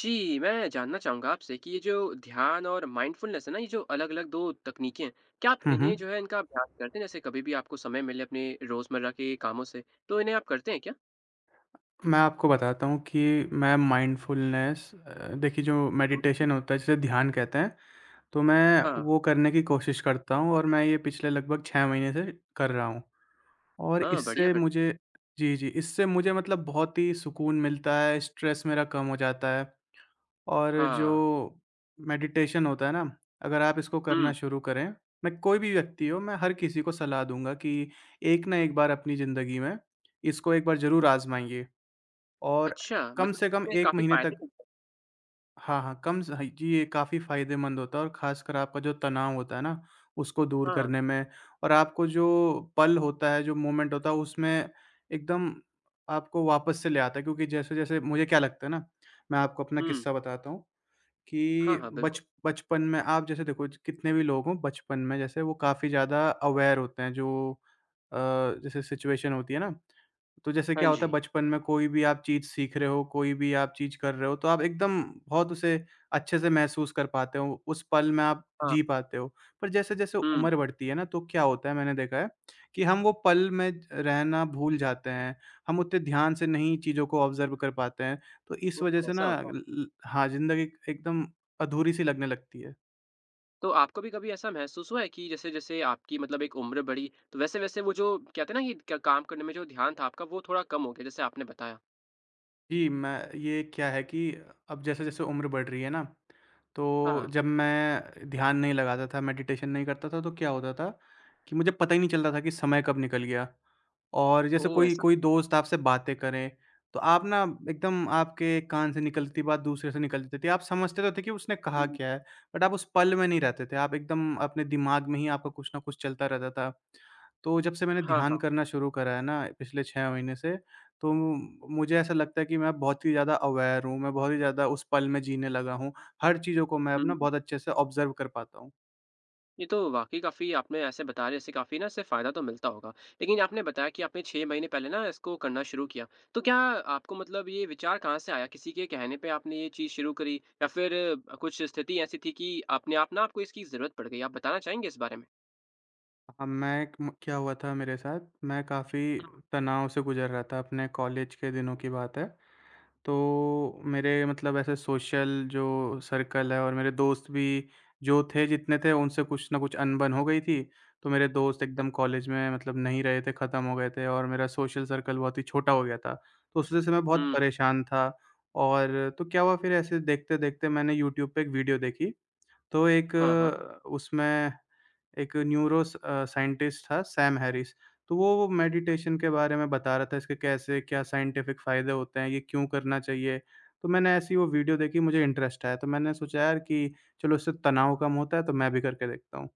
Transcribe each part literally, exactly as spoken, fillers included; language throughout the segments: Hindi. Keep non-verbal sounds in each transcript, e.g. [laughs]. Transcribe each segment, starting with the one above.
जी, मैं जानना चाहूँगा आपसे कि ये जो ध्यान और माइंडफुलनेस है ना, ये जो अलग-अलग दो तकनीकें हैं, क्या आप हुँ, इन्हें हुँ। जो है इनका अभ्यास करते हैं? जैसे कभी भी आपको समय मिले अपने रोज़मर्रा के कामों से, तो इन्हें आप करते हैं क्या? मैं आपको बताता हूँ कि मैं माइंडफुलनेस अ, देखिए, जो हुँ, मेडिटेशन होता है जिसे ध्यान कहते हैं, तो मैं हाँ। वो करने की कोशिश करता हूँ और मैं ये पिछले लगभग 6 महीने से कर रहा हूँ। और हाँ, बढ़िया इससे फिर। मुझे जी, जी, इससे मुझे मतलब बहुत ही सुकून मिलता है, स्ट्रेस मेरा कम हो जाता है। और जो हाँ। मेडिटेशन होता है ना, अगर आप इसको हुँ, करना शुरू करें, मैं कोई भी व्यक्ति हो, मैं हर किसी को सलाह दूँगा कि एक ना एक बार अपनी ज़िंदगी में इसको एक बार ज़रूर आज़माइए। और अच्छा कम मतलब से कम इसमें 1 काफ़ी महीने फ़ायदे तक। मिलते हाँ, हाँ, कम स ह जी, ये काफ़ी फ़ायदेमंद होता है और ख़ासकर आपका जो तनाव होता है ना, उसको दूर हैं। हाँ, करने में। और आपको जो पल होता है, जो मोमेंट होता है, उसमें एकदम आपको वापस से ले आता है, क्योंकि जैसे-जैसे मुझे क्या लगता है ना, मैं आपको अपना हुँ। किस्सा बताता हूँ हाँ, कि हाँ, बिल्कुल। बच बचपन में आप जैसे देखो, ज कितने भी लोग हों, बचपन में जैसे वो काफ़ी ज़्यादा अवेयर होते हैं, जो अ, जैसे सिचुएशन होती है ना, तो जैसे हाँ क्या होता है जी। बचपन में कोई भी आप चीज़ सीख रहे हो, कोई भी आप चीज़ कर रहे हो, तो आप एकदम बहुत उसे अच्छे से महसूस कर पाते हो, उस पल में आप हाँ, जी पाते हो। पर जैसे-जैसे हुँ। उम्र बढ़ती है ना, तो क्या होता है मैंने देखा है कि हम वो पल में रहना भूल जाते हैं, हम उतने ध्यान से नहीं चीज़ों को ऑब्ज़र्व कर पाते हैं। तो इस ओह! वजह से ऐसा ना होता ल है। ल हाँ, ज़िंदगी एकदम अधूरी-सी लगने लगती है। तो आपको भी कभी ऐसा महसूस हुआ है कि जैसे-जैसे आपकी मतलब एक उम्र बढ़ी, तो वैसे-वैसे वो जो कहते हैं ना कि क काम करने में जो ध्यान था आपका, वो थोड़ा कम हो गया, जैसे आपने बताया? जी, मैं ये क्या है कि अब जैसे-जैसे उम्र बढ़ रही है ना, तो हाँ। जब मैं ध्यान नहीं लगाता था, मेडिटेशन नहीं करता था, तो क्या होता था कि मुझे पता ही नहीं चलता था कि समय कब निकल गया। और जैसे ओह! कोई ऐसा कोई दोस्त आपसे बातें करें, तो आप ना एकदम आपके एक कान से निकलती बात दूसरे से निकल जाती थी। आप समझते तो थे कि उसने कहा हुँ। क्या है, बट आप उस पल में नहीं रहते थे। आप एकदम अपने दिमाग में ही आपका कुछ ना कुछ चलता रहता था। तो जब से मैंने हाँ, ध्यान हाँ। करना शुरू करा है ना पिछले 6 महीने से, तो मुझे ऐसा लगता है कि मैं बहुत ही ज़्यादा अवेयर हूँ, मैं बहुत ही ज़्यादा उस पल में जीने लगा हूँ, हर चीज़ों को मैं हुँ, अपना हुँ। बहुत अच्छे से ऑब्ज़र्व कर पाता हूँ। ये तो वाक़ई काफ़ी आपने ऐसे बता रहे इससे काफ़ी ना इससे फ़ायदा तो मिलता होगा। लेकिन आपने बताया कि आपने छह महीने पहले ना इसको करना शुरू किया। तो क्या आपको मतलब ये विचार कहाँ से आया? किसी के कहने पे आपने ये चीज़ शुरू करी या फिर अ, कुछ स्थिति ऐसी थी कि अपने आप ना आपको इसकी ज़रूरत पड़ गई? आप बताना चाहेंगे इस बारे में? अ, मैं एक म क्या हुआ था मेरे साथ, मैं काफ़ी हुँ, तनाव से गुज़र रहा था, अपने कॉलेज के दिनों हुँ। की बात है। तो मेरे मतलब ऐसे सोशल जो सर्कल है और मेरे दोस्त भी जो थे जितने थे उनसे कुछ ना कुछ अनबन हो गई थी। तो मेरे दोस्त अ, एकदम कॉलेज में मतलब नहीं रहे थे, ख़त्म हो गए थे और मेरा सोशल सर्कल बहुत ही छोटा हो गया था। तो उस वज़ह से मैं बहुत हुँ। परेशान था। और तो क्या हुआ फिर ऐसे देखते-देखते मैंने यूट्यूब पे एक वीडियो देखी। तो एक हाँ, हाँ। अ, उसमें एक न्यूरो स अ, साइंटिस्ट था, सैम हैरिस, तो वो वो मेडिटेशन के बारे में बता रहा था, इसके कैसे क्या साइंटिफिक फ़ायदे होते हैं, ये क्यों करना चाहिए? तो मैंने ऐसी वो वीडियो देखी, मुझे इंटरेस्ट आया, तो मैंने सोचा यार कि चलो इससे तनाव कम होता है, तो मैं भी करके देखता हूँ।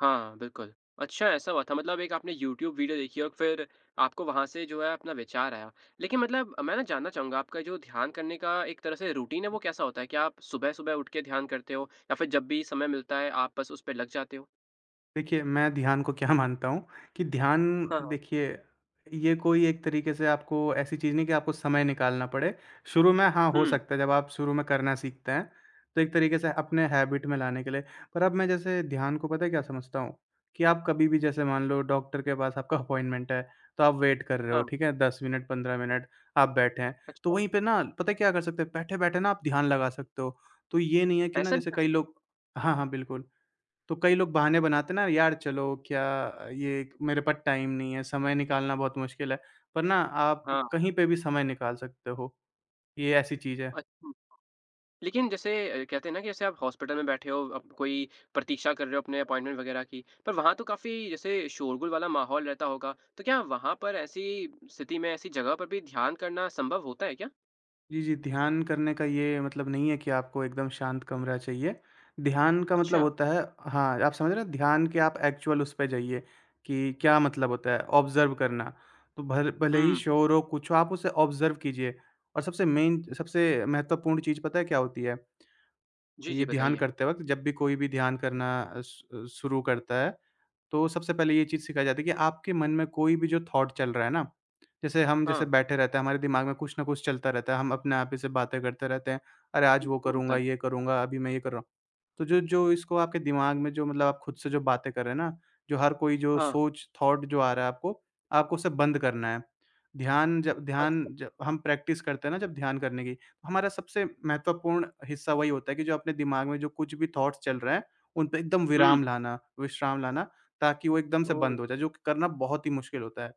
हाँ, बिल्कुल। अच्छा ऐसा हुआ था मतलब एक आपने यूट्यूब वीडियो देखी और फिर आपको वहाँ से जो है अपना विचार आया। लेकिन मतलब मैं ना जानना चाहूँगा आपका जो ध्यान करने का एक तरह से रूटीन है वो कैसा होता है? क्या आप सुबह-सुबह उठ के ध्यान करते हो या फिर जब भी समय मिलता है आप बस उस पे लग जाते हो? देखिए, मैं ध्यान को क्या [laughs] मानता हूँ कि ध्यान, हाँ, हाँ। देखिए, ये कोई एक तरीके से आपको ऐसी चीज़ नहीं कि आपको समय निकालना पड़े। शुरू में हाँ, हो हुँ, सकता है जब आप शुरू में करना सीखते हैं, तो एक तरीके से अपने हैबिट में लाने के लिए। पर अब मैं जैसे ध्यान को पता है क्या समझता हूँ? कि आप कभी भी जैसे मान लो डॉक्टर के पास आपका अपॉइंटमेंट है, तो आप वेट कर रहे हो, हाँ। ठीक है? 10 मिनट, 15 मिनट आप बैठे हैं। तो अच्छा वहीं पे ना पता है क्या कर सकते हैं? बैठे-बैठे ना आप ध्यान लगा सकते हो। तो ये नहीं है कि ना ऐसा भी जैसे कर कई लोग। हाँ, हाँ, बिल्कुल। तो कई लोग बहाने बनाते हैं ना यार चलो क्या, ये मेरे पास टाइम नहीं है, समय निकालना बहुत मुश्किल है। पर ना आप हाँ, कहीं पे भी समय निकाल सकते हो, ये ऐसी चीज़ है। अच्छा। लेकिन जैसे अ, कहते हैं ना कि जैसे आप हॉस्पिटल में बैठे हो, अब कोई प्रतीक्षा कर रहे हो अपने अपॉइंटमेंट वगैरह की, पर वहाँ तो काफ़ी जैसे शोरगुल वाला माहौल रहता होगा, तो क्या वहाँ पर ऐसी स्थिति में, ऐसी जगह पर भी ध्यान करना संभव होता है क्या? जी, जी, ध्यान करने का ये मतलब नहीं है कि आपको एकदम शांत कमरा चाहिए। ध्यान का मतलब अच्छा, होता है, हाँ, आप समझ रहे हो, ध्यान के आप एक्चुअल उस पे जाइए कि क्या मतलब होता है ऑब्ज़र्व करना। तो भल भले ही हुँ। शोर हो, कुछ हो, आप उसे ऑब्ज़र्व कीजिए। और सबसे मेन सबसे महत्वपूर्ण चीज़ पता है क्या होती है? जी, जी, ये ध्यान बताइए। करते वक़्त जब भी कोई भी ध्यान करना अ, शु शुरू करता है, तो सबसे पहले ये चीज़ सिखाई जाती है कि आपके मन में कोई भी जो थॉट चल रहा है ना, जैसे हम हाँ। जैसे बैठे रहते हैं, हमारे दिमाग में कुछ ना कुछ चलता रहता है, हम अपने आप ही से बातें करते रहते हैं, अरे आज ये वो तो होता करूँगा, है। ये करूँगा, अभी मैं ये कर रहा हूँ। तो जो जो इसको आपके दिमाग में जो मतलब आप खुद से जो बातें कर रहे हैं ना, जो हर कोई जो हाँ, सोच थॉट जो आ रहा है आपको, आपको उसे बंद करना है। ध्यान जब ध्यान अच्छा। जब हम प्रैक्टिस करते हैं ना, जब ध्यान करने की, तो हमारा सबसे महत्वपूर्ण हिस्सा वही होता है कि जो अपने दिमाग में जो कुछ भी थॉट्स चल रहे हैं, उन पे एकदम हुँ। विराम लाना, विश्राम लाना। ताकि वो एकदम से ओह! बंद हो जाए, जो कि करना बहुत ही मुश्किल होता है।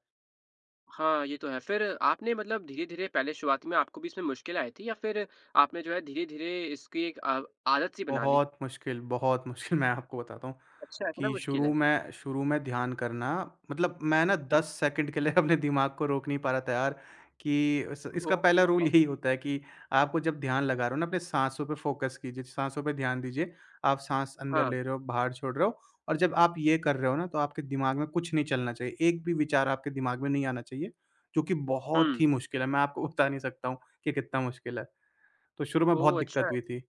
हाँ, ये तो है। फिर आपने मतलब धीरे-धीरे पहले शुरुआत में आपको भी इसमें मुश्किल आई थी या फिर आपने जो है धीरे-धीरे इसकी एक अ, आदत सी बना ली? बहुत मुश्किल, बहुत [laughs] मुश्किल, मैं आपको बताता हूँ अच्छा, इतना कि मुश्किल शुरू है। में शुरू में ध्यान करना मतलब मैं ना हुँ। 10 सेकंड के लिए [laughs] अपने दिमाग को रोक नहीं पा रहा था यार कि इस इसका पहला ओह! रूल यही होता है कि आपको जब ध्यान लगा रहे हो ना अपने साँसों पे फ़ोकस कीजिए, साँसों पे ध्यान दीजिए। आप साँस अंदर हाँ, ले रहे हो, बाहर छोड़ रहे हो, और जब आप ये कर रहे हो ना तो आपके दिमाग में कुछ नहीं चलना चाहिए। एक भी विचार आपके दिमाग में नहीं आना चाहिए, जो कि बहुत हुँ। ही मुश्किल है। मैं आपको [laughs] बता नहीं सकता हूँ कि कितना मुश्किल है। तो शुरू में बहुत ओह! दिक्कत अच्छा। हुई थी।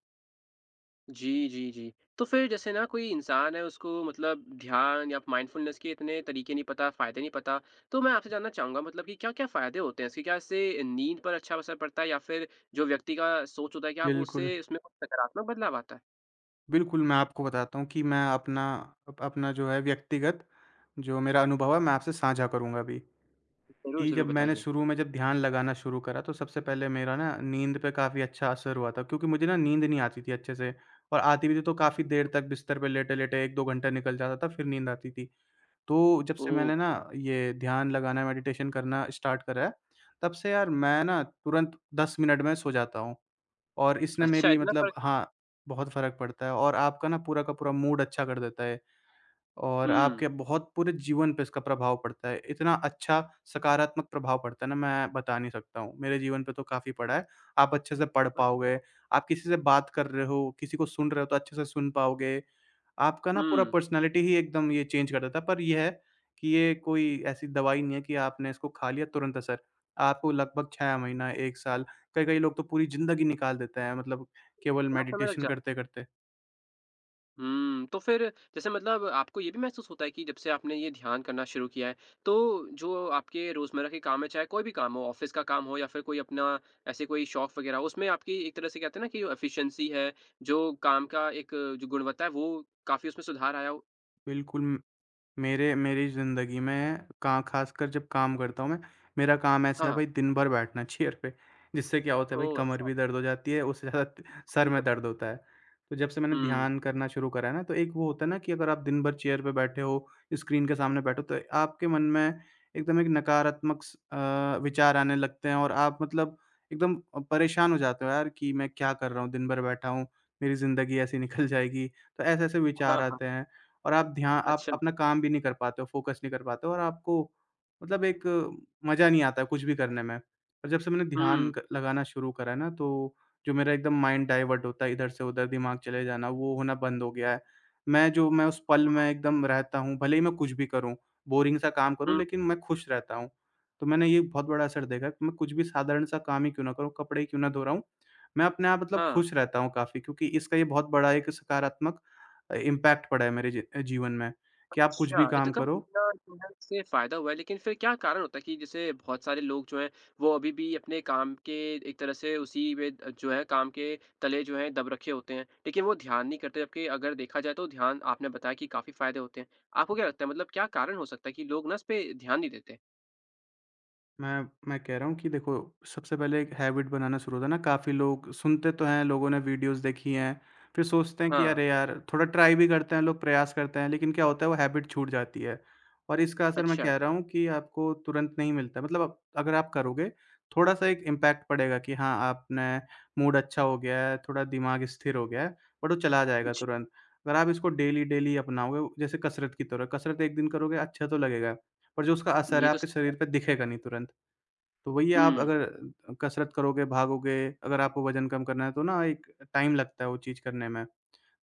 जी, जी, जी। तो फिर जैसे ना कोई इंसान है उसको मतलब ध्यान या माइंडफुलनेस के इतने तरीके नहीं पता, फ़ायदे नहीं पता, तो मैं आपसे जानना चाहूँगा मतलब कि क्या-क्या फ़ायदे होते हैं इसके? क्या इससे नींद पर अच्छा असर पड़ता है या फिर जो व्यक्ति का सोच होता है क्या वो बिल्कुल, उससे उसमें कुछ सकारात्मक बदलाव आता है? बिल्कुल, मैं आपको बताता हूँ कि मैं अपना अप अपना जो है व्यक्तिगत जो मेरा अनुभव है मैं आपसे साझा करूँगा अभी। ज़रूर, कि ज़रूर जब मैंने बताइए। शुरू में जब ध्यान लगाना शुरू करा तो सबसे पहले मेरा ना नींद पे काफ़ी अच्छा असर हुआ था, क्योंकि मुझे ना नींद नहीं आती थी अच्छे से और आती भी थी तो काफ़ी देर तक बिस्तर पे लेटे-लेटे 1-2 घंटा निकल जाता था फिर नींद आती थी। तो जब से ओह! मैंने ना ये ध्यान लगाना मेडिटेशन करना स्टार्ट करा है, तब से यार मैं ना तुरंत 10 मिनट में सो जाता हूँ। और इसने अच्छा मेरी इतना मतलब, फ़र्क। हाँ, बहुत फ़र्क पड़ता है और आपका ना पूरा का पूरा मूड अच्छा कर देता है और हुँ। आपके बहुत पूरे जीवन पे इसका प्रभाव पड़ता है। इतना अच्छा सकारात्मक प्रभाव पड़ता है ना, मैं बता नहीं सकता हूँ। मेरे जीवन पे तो काफ़ी पड़ा है। आप अच्छे से पढ़ अच्छा। पाओगे, आप किसी से बात कर रहे हो, किसी को सुन रहे हो तो अच्छे से सुन पाओगे। आपका ना पूरा हुँ। पर्सनैलिटी ही एकदम ये चेंज कर देता है, पर ये है कि ये कोई ऐसी दवाई नहीं है कि आपने इसको खा लिया तुरंत असर। आपको लगभग 6 महीना, 1 साल, कई-कई लोग तो पूरी ज़िंदगी निकाल देते हैं मतलब केवल इतना समय लग मेडिटेशन जा। करते-करते। हुँ, तो फिर जैसे मतलब आपको ये भी महसूस होता है कि जब से आपने ये ध्यान करना शुरू किया है, तो जो आपके रोज़मर्रा के काम है, चाहे कोई भी काम हो, ऑफ़िस का काम हो या फिर कोई अपना ऐसे कोई शौक वग़ैरह हो, उसमें आपकी एक तरह से कहते हैं ना कि जो एफ़िशिएंसी है, जो काम का एक जो गुणवत्ता है, वो काफ़ी उसमें सुधार आया हो? बिल्कुल, मेरे मेरी ज़िंदगी में का ख़ासकर जब काम करता हूँ मैं, मेरा काम ऐसा है हाँ, भाई दिन भर बैठना चेयर पे, जिससे क्या होता है भाई ओह! कमर अच्छा। भी दर्द हो जाती है, उससे ज़्यादा त सर ये तो में दर्द होता है। तो जब से मैंने हुँ। ध्यान करना शुरू करा है ना, तो एक वो होता है ना कि अगर आप दिन भर चेयर पे बैठे हो, स्क्रीन के सामने बैठे हो, तो आपके मन में एकदम एक नकारात्मक स अ, विचार आने लगते हैं और आप मतलब एकदम अ, परेशान हो जाते हो यार कि मैं क्या कर रहा हूँ, दिन भर बैठा हूँ, मेरी ज़िंदगी ऐसी निकल जाएगी। तो ऐसे-ऐसे हाँ, विचार हाँ। आते हैं और आप ध्यान आप अच्छा। अपना काम भी नहीं कर पाते हो, फ़ोकस नहीं कर पाते हो और आपको मतलब एक मज़ा नहीं आता है कुछ भी करने में। पर जब से मैंने ध्यान हुँ, क लगाना शुरू करा है ना, तो जो मेरा एकदम माइंड डाइवर्ट होता है, इधर से उधर दिमाग चले जाना, वो होना बंद हो गया है। मैं जो मैं उस पल में एकदम रहता हूँ, भले ही मैं कुछ भी करूँ, बोरिंग सा काम करूँ, हुँ। लेकिन मैं खुश रहता हूँ। तो मैंने ये बहुत बड़ा असर देखा है कि मैं कुछ भी साधारण सा काम ही क्यों ना करूँ, कपड़े ही क्यों ना धो रहा हूँ, मैं अपने आप मतलब हाँ। खुश रहता हूँ काफ़ी क्योंकि इसका ये बहुत बड़ा एक सकारात्मक इम्पैक्ट पड़ा है मेरे जी जीवन में, कि आप कुछ अच्छा, भी काम इतना करो। इतना जो है इससे फ़ायदा हुआ है, लेकिन फिर क्या कारण होता है कि जैसे बहुत सारे लोग जो हैं, वो अभी भी अपने काम के एक तरह से उसी में अ, जो है काम के तले जो हैं दब रखे होते हैं, लेकिन वो ध्यान नहीं करते जबकि अगर देखा जाए तो ध्यान आपने बताया कि काफ़ी फ़ायदे होते हैं। आपको क्या लगता है मतलब क्या कारण हो सकता है कि लोग ना इस पे ध्यान नहीं देते? मैं मैं कह रहा हूँ कि देखो, सबसे पहले एक हैबिट बनाना शुरू होता है ना, काफ़ी लोग सुनते तो हैं, लोगों ने वीडियोज़ देखी हैं, फिर सोचते हैं कि हाँ, अरे यार, थोड़ा ट्राई भी करते हैं लोग, प्रयास करते हैं, लेकिन क्या होता है वो हैबिट छूट जाती है। और इसका असर मैं अच्छा, कह रहा हूँ कि आपको तुरंत नहीं मिलता, मतलब आप अगर आप करोगे, थोड़ा-सा एक इम्पैक्ट पड़ेगा कि हाँ, आपने मूड अच्छा हो गया है, थोड़ा दिमाग स्थिर हो गया है, बट वो चला जाएगा जी, तुरंत। अगर आप इसको डेली-डेली अपनाओगे, जैसे कसरत की तरह, कसरत एक दिन करोगे अच्छा तो लगेगा, पर जो उसका असर ये है तो आपके स शरीर पे दिखेगा नहीं तुरंत। तो वही आप हुँ, अगर कसरत करोगे, भागोगे, अगर आपको वज़न कम करना है तो ना एक टाइम लगता है वो चीज़ करने में।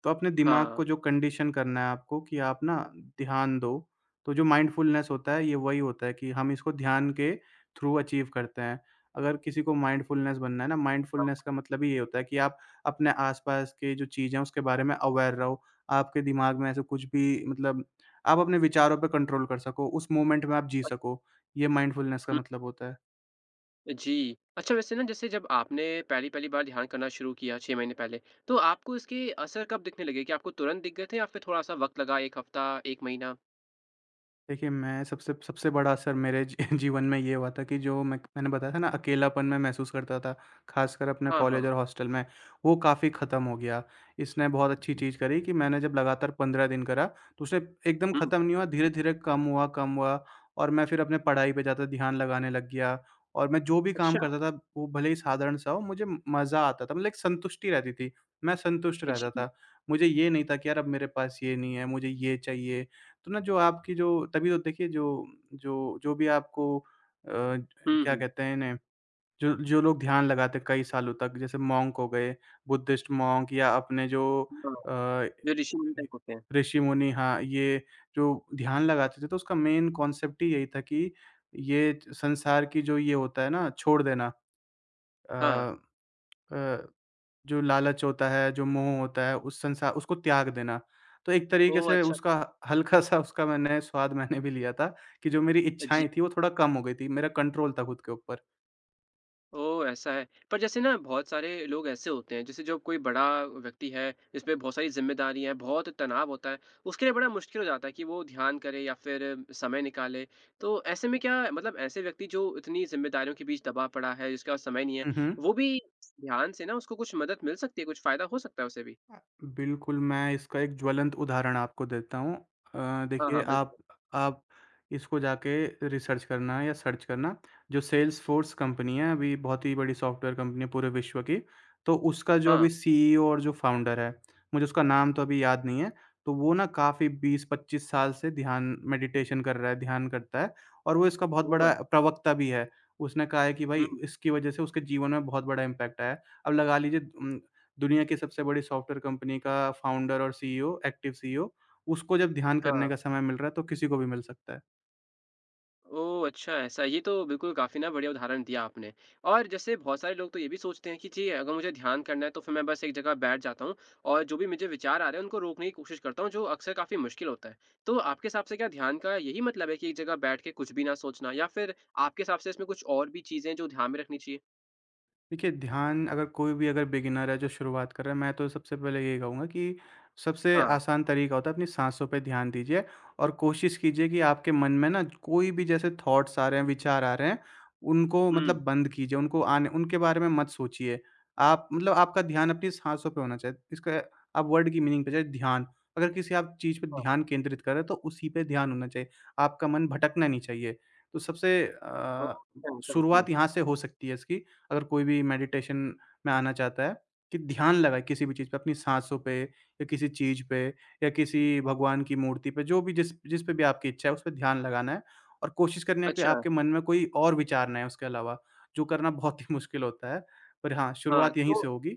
तो अपने दिमाग हाँ, को जो कंडीशन करना है आपको कि आप ना ध्यान दो, तो जो माइंडफुलनेस होता है ये वही होता है कि हम इसको ध्यान के थ्रू अचीव करते हैं। अगर किसी को माइंडफुलनेस बनना है ना, माइंडफुलनेस का मतलब ही ये होता है कि आप अपने आस-पास के जो चीज़ें हैं उसके बारे में अवेयर रहो। आपके दिमाग में ऐसा कुछ भी मतलब आप अपने विचारों पे कंट्रोल कर सको, उस मोमेंट में आप जी अ सको। ये माइंडफुलनेस का मतलब होता है। जी। अच्छा वैसे ना जैसे जब आपने पहली-पहली बार ध्यान करना शुरू किया छह महीने पहले, तो आपको इसके असर कब दिखने लगे? क्या आपको तुरंत दिख गए थे या फिर थोड़ा-सा वक़्त लगा एक हफ़्ता, एक महीना? देखिए, मैं सबसे सबसे बड़ा असर मेरे जी [laughs] जीवन में ये हुआ था कि जो मैं मैंने बताया था ना अकेलापन मैं महसूस करता था, ख़ासकर अपने हाँ, कॉलेज और हाँ। हॉस्टल में, वो काफ़ी ख़त्म हो गया। इसने बहुत अच्छी चीज़ करी कि मैंने जब लगातार पंद्रह दिन करा, तो उसने एकदम हुँ। ख़त्म नहीं हुआ, धीरे-धीरे कम हुआ, कम हुआ और मैं फिर अपने पढ़ाई पे ज़्यादा ध्यान लगाने लग गया और मैं जो भी काम अच्छा। करता था, वो भले ही साधारण-सा हो, मुझे मज़ा आता था। मतलब एक संतुष्टि रहती थी, मैं संतुष्ट रहता जी। था। मुझे ये नहीं था कि यार अब मेरे पास ये नहीं है, मुझे ये चाहिए। तो ना जो आपकी जो तभी तो देखिए जो जो जो भी आपको अ, हुँ, क्या हुँ। कहते हैं इन्हें, जो जो लोग ध्यान लगाते हैं कई सालों तक जैसे मॉन्क हो गए, बुद्धिस्ट मॉन्क या अपने जो हाँ, अ, जो ऋषिमुनि टाइप होते हैं। ऋषि मुनि, हाँ, ये जो ध्यान लगाते थे तो उसका मेन कॉन्सेप्ट ही यही था कि ये संसार की जो ये होता है ना छोड़ देना। अ हाँ। अ जो लालच होता है, जो मोह होता है, उस संसा उसको त्याग देना। तो एक तरीके ओह! से अच्छा। उसका हल्का-सा उसका मैंने स्वाद मैंने भी लिया था कि जो मेरी जी। इच्छाएँ थी, वो थोड़ा कम हो गई थी। मेरा कंट्रोल था खुद के ऊपर। ओह! ऐसा है। पर जैसे ना बहुत सारे लोग ऐसे होते हैं, जैसे जो कोई बड़ा व्यक्ति है, जिसपे बहुत सारी ज़िम्मेदारियाँ हैं, बहुत तनाव होता है, उसके लिए बड़ा मुश्किल हो जाता है कि वो ध्यान करे या फिर समय निकाले। तो ऐसे में क्या मतलब ऐसे व्यक्ति जो इतनी ज़िम्मेदारियों के बीच दबा पड़ा है, जिसके पास समय नहीं है, हुँ, हुँ। वो भी ध्यान से ना उसको कुछ मदद मिल सकती है, कुछ फ़ायदा हो सकता है उसे भी? अ, बिल्कुल, मैं इसका एक ज्वलंत उदाहरण आपको देता हूँ। अ, हाँ, देखिए, हाँ, आप बिल्कुल। आप इसको जाके रिसर्च करना या सर्च करना, जो सेल्सफ़ोर्स कंपनी है, अभी बहुत ही बड़ी सॉफ्टवेयर कंपनी है पूरे विश्व की। तो उसका जो हाँ। अभी सीईओ और जो फाउंडर है, मुझे उसका नाम तो अभी याद नहीं है, तो वो ना काफ़ी बीस पच्चीस साल से ध्यान मेडिटेशन कर रहा है, ध्यान करता है और वो इसका बहुत ओह! बड़ा प्रवक्ता भी है। उसने कहा है कि भाई हुँ, इसकी वज़ह से उसके जीवन में बहुत बड़ा इम्पैक्ट आया है। अब लगा लीजिए, उम दुनिया की सबसे बड़ी सॉफ्टवेयर कंपनी का फाउंडर और सीईओ, एक्टिव सीईओ, उसको जब ध्यान करने हाँ। का समय मिल रहा है, तो किसी को भी मिल सकता है। ओह! अच्छा ऐसा, ये तो बिल्कुल काफ़ी ना बढ़िया उदाहरण दिया आपने। और जैसे बहुत सारे लोग तो ये भी सोचते हैं कि जी अगर मुझे ध्यान करना है तो फिर मैं बस एक जगह बैठ जाता हूँ और जो भी मुझे विचार आ रहे हैं उनको रोकने की कोशिश करता हूँ जो अक्सर काफ़ी मुश्किल होता है। तो आपके हिसाब से क्या ध्यान का यही मतलब है कि एक जगह बैठ के कुछ भी ना सोचना या फिर आपके हिसाब से इसमें कुछ और भी चीज़ें हैं जो ध्यान में रखनी चाहिए? देखिए, ध्यान अगर कोई भी अगर बिगिनर है जो शुरुआत कर रहा है, मैं तो सबसे पहले यही कहूँगा कि सबसे हाँ। आसान तरीका होता है अपनी साँसों पे ध्यान दीजिए और कोशिश कीजिए कि आपके मन में ना कोई भी जैसे थॉट्स आ रहे हैं, विचार आ रहे हैं, उनको हुँ। मतलब बंद कीजिए, उनको आने उनके बारे में मत सोचिए। आप मतलब आपका ध्यान अपनी साँसों पे होना चाहिए। इसका आप वर्ड की मीनिंग पे जाइए, ध्यान, अगर किसी आप चीज़ पे हाँ, ध्यान केंद्रित कर रहे हैं, तो उसी पे ध्यान होना चाहिए। आपका मन भटकना नहीं चाहिए। तो सबसे ओह! अ, अच्छा, ऐसा होता शुरुआत है। यहाँ से हो सकती है इसकी। अगर कोई भी मेडिटेशन में आना चाहता है कि ध्यान लगाए किसी भी चीज़ पे, अपनी साँसों पे या किसी चीज़ पे या किसी भगवान की मूर्ति पे, जो भी जिस जिस पे भी आपकी इच्छा है, उस पे ध्यान लगाना है और कोशिश करनी है कि अच्छा, आपके मन में कोई और विचार ना आए उसके अलावा, जो करना बहुत ही [laughs] मुश्किल होता है। पर हाँ, हाँ, शुरुआत यहीं तो से होगी।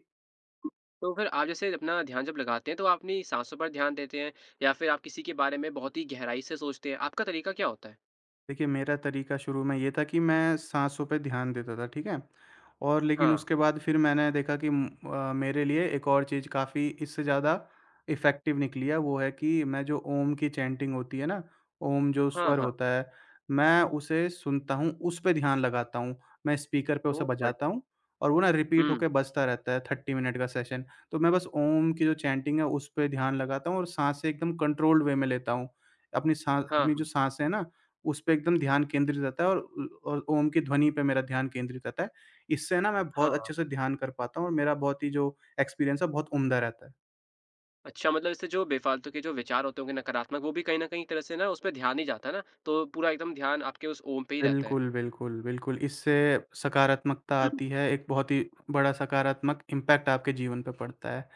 तो फिर आप जैसे अपना ध्यान जब लगाते हैं तो आप अपनी साँसों पर ध्यान देते हैं या फिर आप किसी के बारे में बहुत ही गहराई से सोचते हैं? आपका तरीका क्या होता है? देखिए, मेरा तरीका शुरू में ये था कि मैं साँसों पे ध्यान देता था, ठीक है? और लेकिन हाँ, उसके बाद फिर मैंने देखा कि उम, अ, मेरे लिए एक और चीज़ काफ़ी इससे ज़्यादा इफ़ेक्टिव निकली है, वो है कि मैं जो ओम की चैंटिंग होती है ना, ओम जो हाँ, स्वर हाँ। होता है, मैं उसे सुनता हूँ, उस पे ध्यान लगाता हूँ। मैं स्पीकर पे उसे ओह! बजाता बढ़िया। हूँ और वो ना रिपीट हुँ। होके बजता रहता है, थर्टी मिनट का सेशन। तो मैं बस ओम की जो चैंटिंग है, उस पे ध्यान लगाता हूँ और साँसें एकदम कंट्रोल्ड वे में लेता हूँ। अपनी सा हाँ, अपनी जो हाँ, साँसें हैं ना उसपे एकदम ध्यान केंद्रित रहता है और और ओम की ध्वनि पे मेरा ध्यान केंद्रित रहता है। इससे ना मैं बहुत हाँ। अच्छे से ध्यान कर पाता हूँ और मेरा बहुत ही जो एक्सपीरियंस है बहुत उम्दा रहता है। अच्छा मतलब इससे जो बेफ़ालतू के जो विचार होते होंगे नकारात्मक वो भी कहीं न कहीं एक तरह से ना उसपे ध्यान नहीं जाता ना, तो पूरा एकदम ध्यान आपके उस ओम पे ही रहता है। बिल्कुल, बिल्कुल, बिल्कुल। इससे सकारात्मकता हुँ। आती है, एक बहुत ही बड़ा सकारात्मक इम्पैक्ट आपके जीवन पे पड़ता है।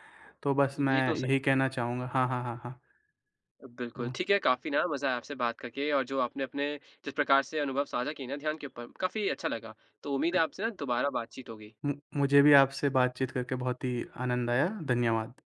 तो बस ये मैं तो सही। यही कहना चाहूँगा। हाँ, हाँ, हाँ, हाँ। बिल्कुल, वो ठीक है काफ़ी ना मज़ा आया आपसे बात करके और जो आपने अपने जिस प्रकार से अनुभव साझा किए ना ध्यान के ऊपर, काफ़ी अच्छा लगा। तो उम्मीद है आपसे ना दोबारा बातचीत होगी। मु मुझे भी आपसे बातचीत करके बहुत ही आनंद आया। धन्यवाद।